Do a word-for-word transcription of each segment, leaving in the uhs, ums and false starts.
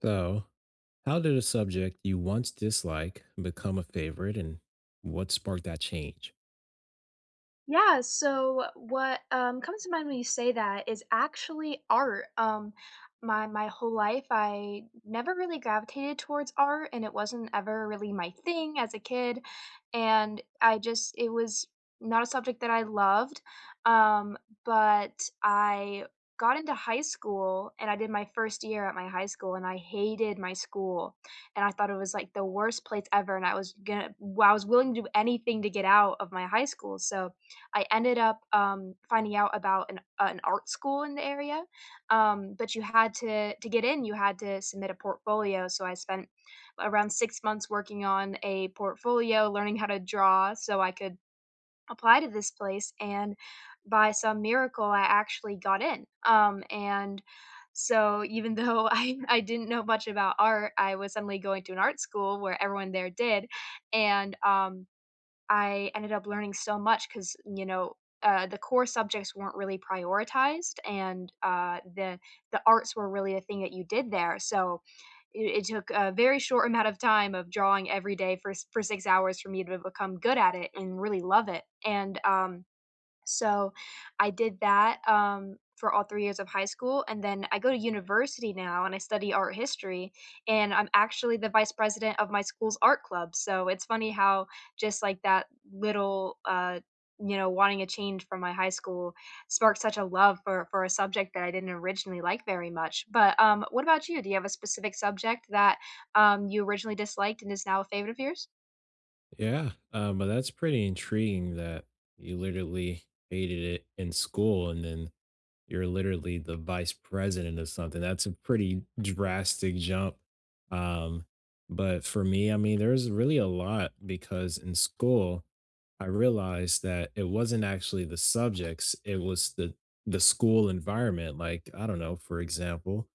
So, how did a subject you once disliked become a favorite and what sparked that change? Yeah, so what um, comes to mind when you say that is actually art. Um, my my whole life, I never really gravitated towards art, and it wasn't ever really my thing as a kid. And I just it was not a subject that I loved. Um, but I got into high school, and I did my first year at my high school, and I hated my school, and I thought it was like the worst place ever. And I was gonna, I was willing to do anything to get out of my high school. So I ended up, um, finding out about an uh, an art school in the area, um, but you had to to get in, you had to submit a portfolio, so I spent around six months working on a portfolio, learning how to draw so I could apply to this place, and by some miracle, I actually got in, um, and so even though I I didn't know much about art, I was suddenly going to an art school where everyone there did, and, um I ended up learning so much because, you know, uh, the core subjects weren't really prioritized, and uh, the the arts were really a thing that you did there. So it, it took a very short amount of time of drawing every day for s- for six hours for me to become good at it and really love it. And um, so, I did that, um, for all three years of high school, and then I go to university now and I study art history, and I'm actually the vice president of my school's art club, so it's funny how just, like, that little, uh, you know, wanting a change from my high school sparked such a love for for a subject that I didn't originally like very much. But, um, what about you? Do you have a specific subject that, um, you originally disliked and is now a favorite of yours? Yeah, um, but that's pretty intriguing that you literally hated it in school and then You're literally the vice president of something. That's a pretty drastic jump. Um, but for me, I mean, there's really a lot because in school, I realized that it wasn't actually the subjects, it was the the school environment. Like, I don't know, for example,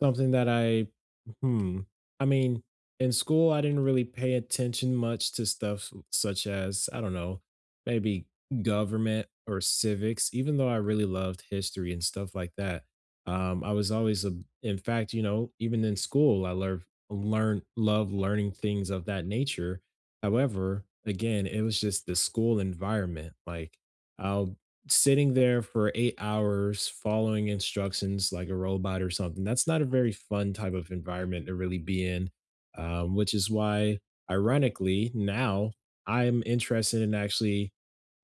Something that I hmm, I mean, in school, I didn't really pay attention much to stuff such as, I don't know, maybe government or civics, even though I really loved history and stuff like that. Um, I was always a, In fact, you know, even in school, I learned learn love learning things of that nature. However, again, it was just the school environment. Like I'll Sitting there for eight hours following instructions like a robot or something, that's not a very fun type of environment to really be in, um, which is why, ironically, now I'm interested in actually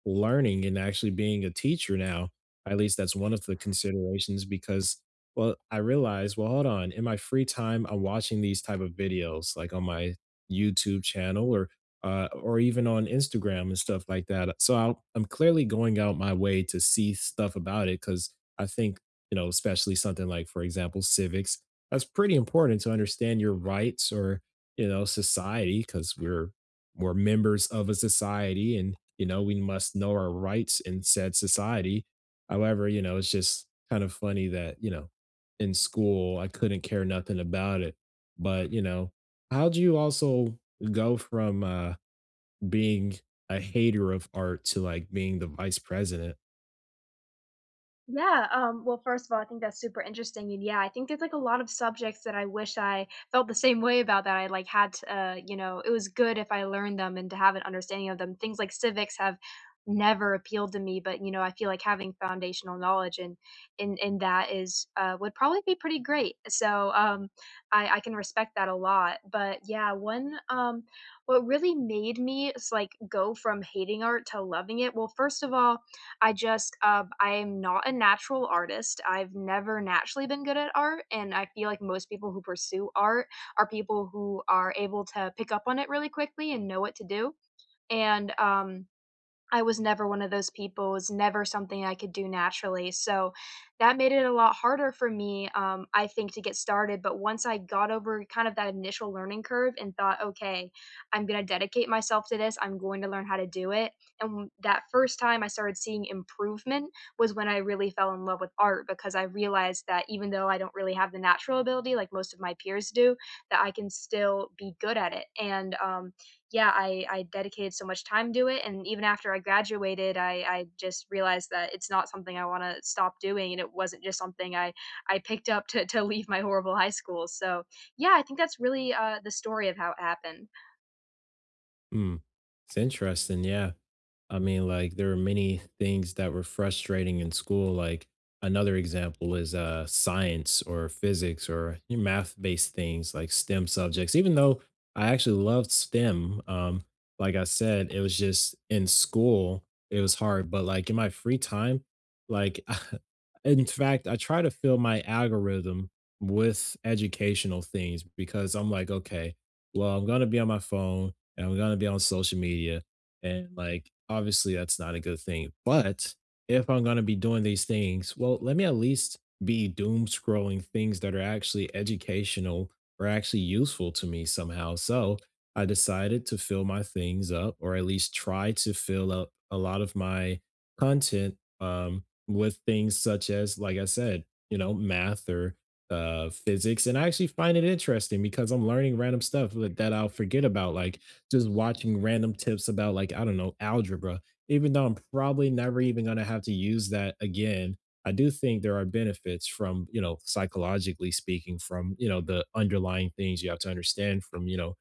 learning and actually being a teacher now. At least that's one of the considerations because well, I realized, well, hold on, in my free time, I'm watching these type of videos like on my YouTube channel or uh, or even on Instagram and stuff like that. So I'll, I'm clearly going out my way to see stuff about it because I think, you know, especially something like, for example, civics, that's pretty important to understand your rights or, you know, society because we're, we're members of a society and you know, we must know our rights in said society. However, you know, it's just kind of funny that, you know, in school, I couldn't care nothing about it. But, you know, how do you also go from uh, being a hater of art to like being the vice president? Yeah, um, well, first of all, I think that's super interesting, and yeah, I think there's like a lot of subjects that I wish I felt the same way about that I like had to, uh, you know, it was good if I learned them and to have an understanding of them. Things like civics have never appealed to me, but you know, I feel like having foundational knowledge and in in in that is uh, would probably be pretty great. So um, I I can respect that a lot. But yeah, one um, what really made me s- like go from hating art to loving it. Well, first of all I just, uh, I am not a natural artist. I've never naturally been good at art, and I feel like most people who pursue art are people who are able to pick up on it really quickly and know what to do. And um, I was never one of those people, it was never something I could do naturally, so that made it a lot harder for me, um, I think, to get started, but once I got over kind of that initial learning curve and thought, "Okay, I'm gonna dedicate myself to this, I'm going to learn how to do it," and w- that first time I started seeing improvement was when I really fell in love with art because I realized that even though I don't really have the natural ability like most of my peers do, that I can still be good at it, and, um, yeah, I I dedicated so much time to it, and even after I graduated, I I just realized that it's not something I want to stop doing, and it wasn't just something I I picked up to to leave my horrible high school. So yeah, I think that's really uh, the story of how it happened. Hmm. It's interesting. Yeah. I mean, like there were many things that were frustrating in school. Like another example is uh, science or physics or your math-based things like STEM subjects. Even though I actually loved STEM, um, like I said, it was just in school it was hard. But like in my free time, like in fact, I try to fill my algorithm with educational things because I'm like, okay, well, I'm gonna be on my phone and I'm gonna be on social media and like, obviously, that's not a good thing. But if I'm going to be doing these things, well, let me at least be doom scrolling things that are actually educational or actually useful to me somehow. So I decided to fill my things up, or at least try to fill up a lot of my content um, with things such as, like I said, you know, math or uh, physics. And I actually find it interesting because I'm learning random stuff that that I'll forget about. Like, just watching random tips about like, I don't know, algebra. Even though I'm probably never even going to have to use that again, I do think there are benefits from, you know, psychologically speaking, from, you know, the underlying things you have to understand from, you know,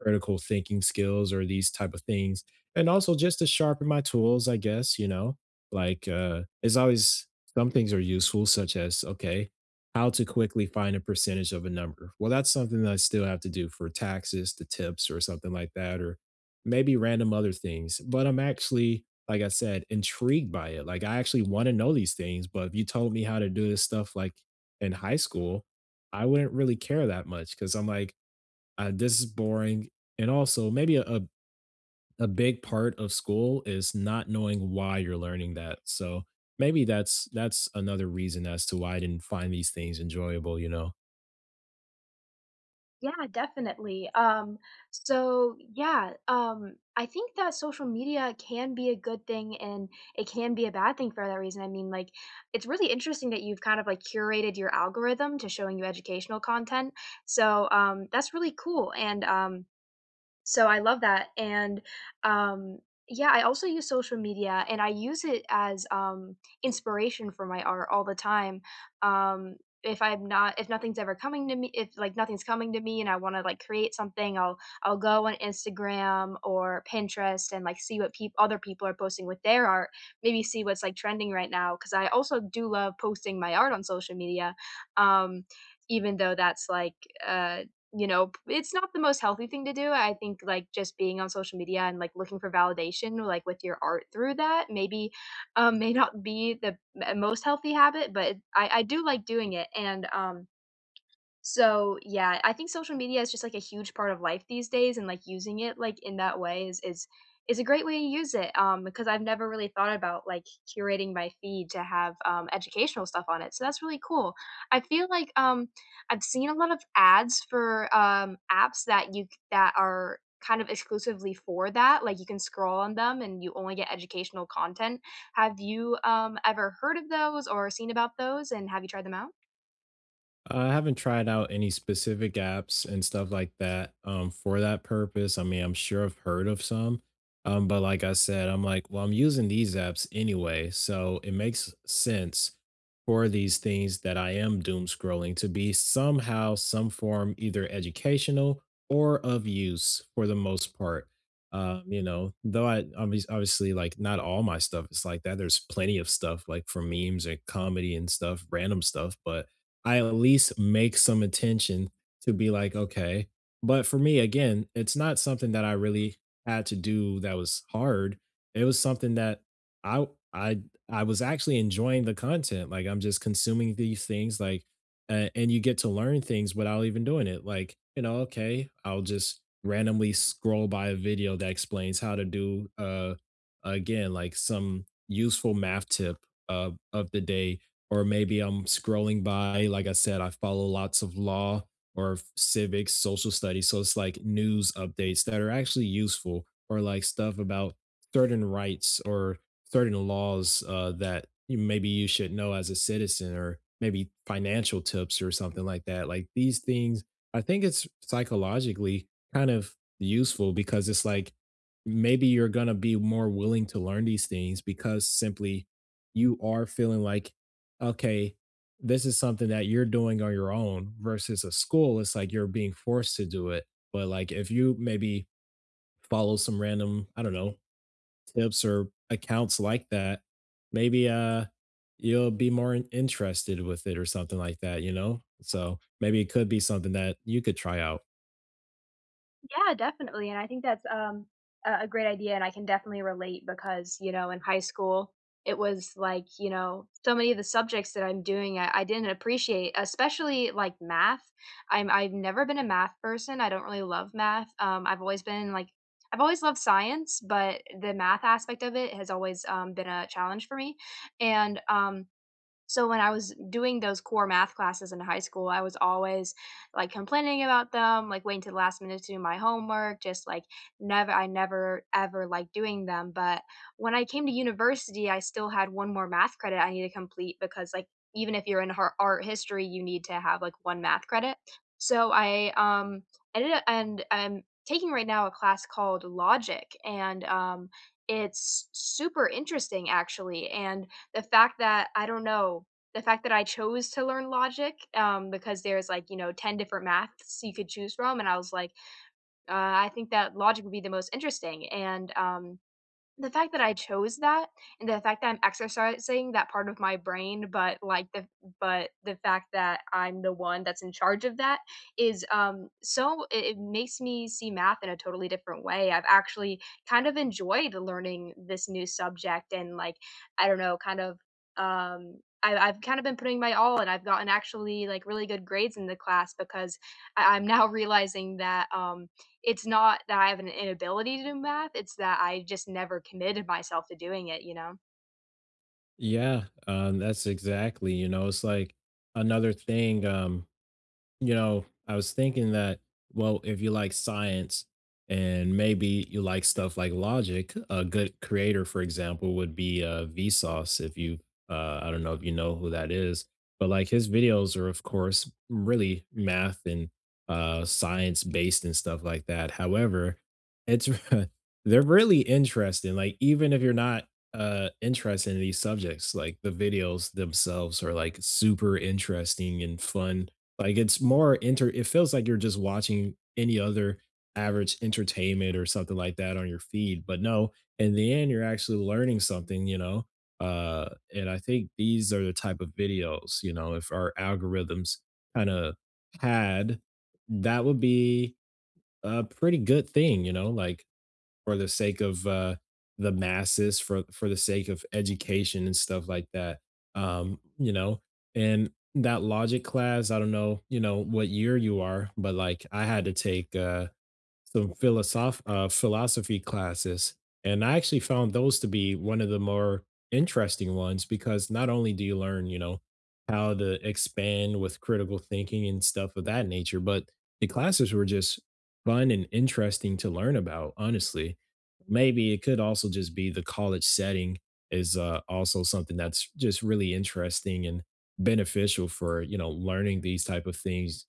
critical thinking skills or these type of things. And also just to sharpen my tools, I guess, you know, like uh it's always some things are useful, such as okay, how to quickly find a percentage of a number. Well, that's something that I still have to do for taxes, the tips, or something like that, or maybe random other things. But I'm actually, like I said, intrigued by it. Like I actually want to know these things. But if you told me how to do this stuff like in high school, I wouldn't really care that much because I'm like, uh, this is boring. And also, maybe a, a a big part of school is not knowing why you're learning that. So maybe that's that's another reason as to why I didn't find these things enjoyable, you know. Yeah, definitely. Um, so yeah, um, I think that social media can be a good thing and it can be a bad thing for that reason. I mean, like, it's really interesting that you've kind of like curated your algorithm to showing you educational content. So um, that's really cool. And um, so I love that, and, um, yeah, I also use social media, and I use it as, um, inspiration for my art all the time. Um, if I'm not if nothing's ever coming to me if, like, nothing's coming to me and I wanna, like, create something, I'll I'll go on Instagram or Pinterest and, like, see what people, other people are posting with their art, maybe see what's, like, trending right now, because I also do love posting my art on social media, um, even though that's, like, uh you know, p it's not the most healthy thing to do, I think, like, just being on social media and, like, looking for validation, like, with your art through that maybe, um, may not be the m most healthy habit, but I I do like doing it, and, um so, yeah, I think social media is just, like, a huge part of life these days, and, like, using it, like, in that way is is is a great way to use it, um, because I've never really thought about, like, curating my feed to have, um, educational stuff on it, so that's really cool. I feel like, um, I've seen a lot of ads for, um, apps that you c that are kind of exclusively for that, like, you can scroll on them and you only get educational content. Have you, um, ever heard of those or seen about those, and have you tried them out? I haven't tried out any specific apps and stuff like that, um, for that purpose. I mean, I'm sure I've heard of some, um, but like I said, I'm like, well, I'm using these apps anyway, so it makes sense for these things that I am doom scrolling to be somehow, some form, either educational or of use for the most part. Um, you know, though I obvi- obviously like not all my stuff is like that. There's plenty of stuff like for memes and comedy and stuff, random stuff, but I at least make some attention to be like, okay. But for me, again, it's not something that I really had to do that was hard. It was something that I I I was actually enjoying the content. Like I'm just consuming these things, like uh, and you get to learn things without even doing it. Like, you know, okay, I'll just randomly scroll by a video that explains how to do uh again like some useful math tip uh, of the day or maybe I'm scrolling by. Like I said, I follow lots of law or f- civics, social studies. So it's like news updates that are actually useful or like stuff about certain rights or certain laws uh, that you, maybe you should know as a citizen or maybe financial tips or something like that. Like these things, I think it's psychologically kind of useful because it's like maybe you're going to be more willing to learn these things because simply you are feeling like okay, this is something that you're doing on your own versus a school, it's like you're being forced to do it. But like if you maybe follow some random, I don't know, tips or accounts like that, maybe uh you'll be more in- interested with it or something like that, you know? So maybe it could be something that you could try out. Yeah, definitely, and I think that's, um, a a great idea, and I can definitely relate because, you know, in high school, it was like, you know, so many of the subjects that I'm doing, I I didn't appreciate, especially, like, math. I'm I've never been a math person, I don't really love math, um, I've always been, like I've always loved science, but the math aspect of it has always, um, been a challenge for me, and, um so when I was doing those core math classes in high school, I was always like complaining about them, like waiting to the last minute to do my homework, just like never I never ever liked doing them. But when I came to university, I still had one more math credit I need to complete because like even if you're in har- art history, you need to have like one math credit. So I um ended up and I'm taking right now a class called logic and um it's super interesting actually and the fact that I don't know, the fact that I chose to learn logic, um, because there's, like, you know, ten different maths you could choose from, and I was like, "Uh, I think that logic would be the most interesting," and, um the fact that I chose that and the fact that I'm exercising that part of my brain, but like the but the fact that I'm the one that's in charge of that is um so it, it makes me see math in a totally different way. I've actually kind of enjoyed learning this new subject and like I don't know, kind of um I, I've kind of been putting my all and I've gotten actually like really good grades in the class because I, I'm now realizing that um it's not that I have an inability to do math, it's that I just never committed myself to doing it, you know? Yeah, um, that's exactly, you know, it's like another thing. Um, You know, I was thinking that, well, if you like science and maybe you like stuff like logic, a good creator, for example, would be uh, Vsauce. If you, uh, I don't know if you know who that is, but like his videos are, of course, really math and uh, science based and stuff like that. However, it's they're really interesting. Like even if you're not uh interested in these subjects, like the videos themselves are like super interesting and fun like it's more inter. It feels like you're just watching any other average entertainment or something like that on your feed, but no, in the end, you're actually learning something, you know? Uh, and I think these are the type of videos, you know, if our algorithms kind of had, that would be a pretty good thing, you know? Like for the sake of uh, the masses, for for the sake of education and stuff like that. Um, you know, and that logic class, I don't know, you know, what year you are, but like I had to take uh some philosoph uh, philosophy classes, and I actually found those to be one of the more interesting ones because not only do you learn, you know, how to expand with critical thinking and stuff of that nature, but the classes were just fun and interesting to learn about. Honestly, maybe it could also just be the college setting is uh, also something that's just really interesting and beneficial for you know learning these type of things.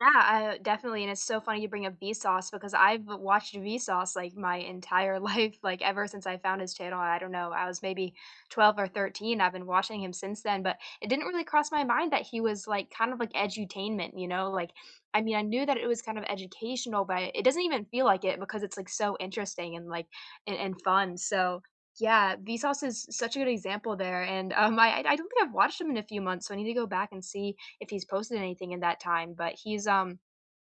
Yeah, uh, definitely, and it's so funny you bring up Vsauce because I've watched Vsauce, like, my entire life, like, ever since I found his channel, I don't know, I was maybe twelve or thirteen, I've been watching him since then, but it didn't really cross my mind that he was, like, kind of like edutainment, you know, like, I mean, I knew that it was kind of educational, but it doesn't even feel like it because it's, like, so interesting and, like, and and fun, so, yeah, Vsauce is such a good example there, and, um, I I I don't think I've watched him in a few months, so I need to go back and see if he's posted anything in that time. But he's um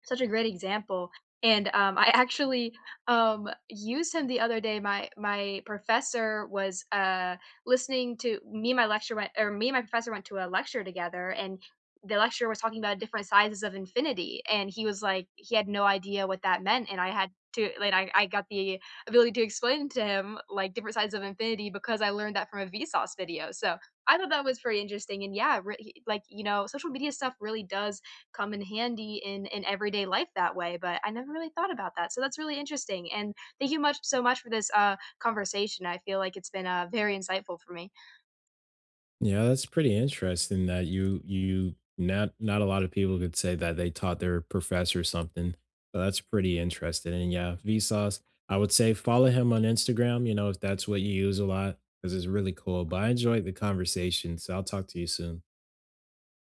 such a great example, and, um, I actually, um, used him the other day. My my professor was, uh, listening to me and my lecture went or me and my professor went to a lecture together, and the lecturer was talking about different sizes of infinity, and he was like he had no idea what that meant, and I had to like, I I got the ability to explain to him, like, different sizes of infinity because I learned that from a Vsauce video, so I thought that was pretty interesting, and yeah, re like, you know, social media stuff really does come in handy in in everyday life that way. But I never really thought about that, so that's really interesting. And thank you much so much for this uh, conversation. I feel like it's been uh, very insightful for me. Yeah, that's pretty interesting that you you not not a lot of people could say that they taught their professor something. But that's pretty interesting. And yeah, Vsauce, I would say follow him on Instagram, you know, if that's what you use a lot, because it's really cool. But I enjoyed the conversation. So I'll talk to you soon.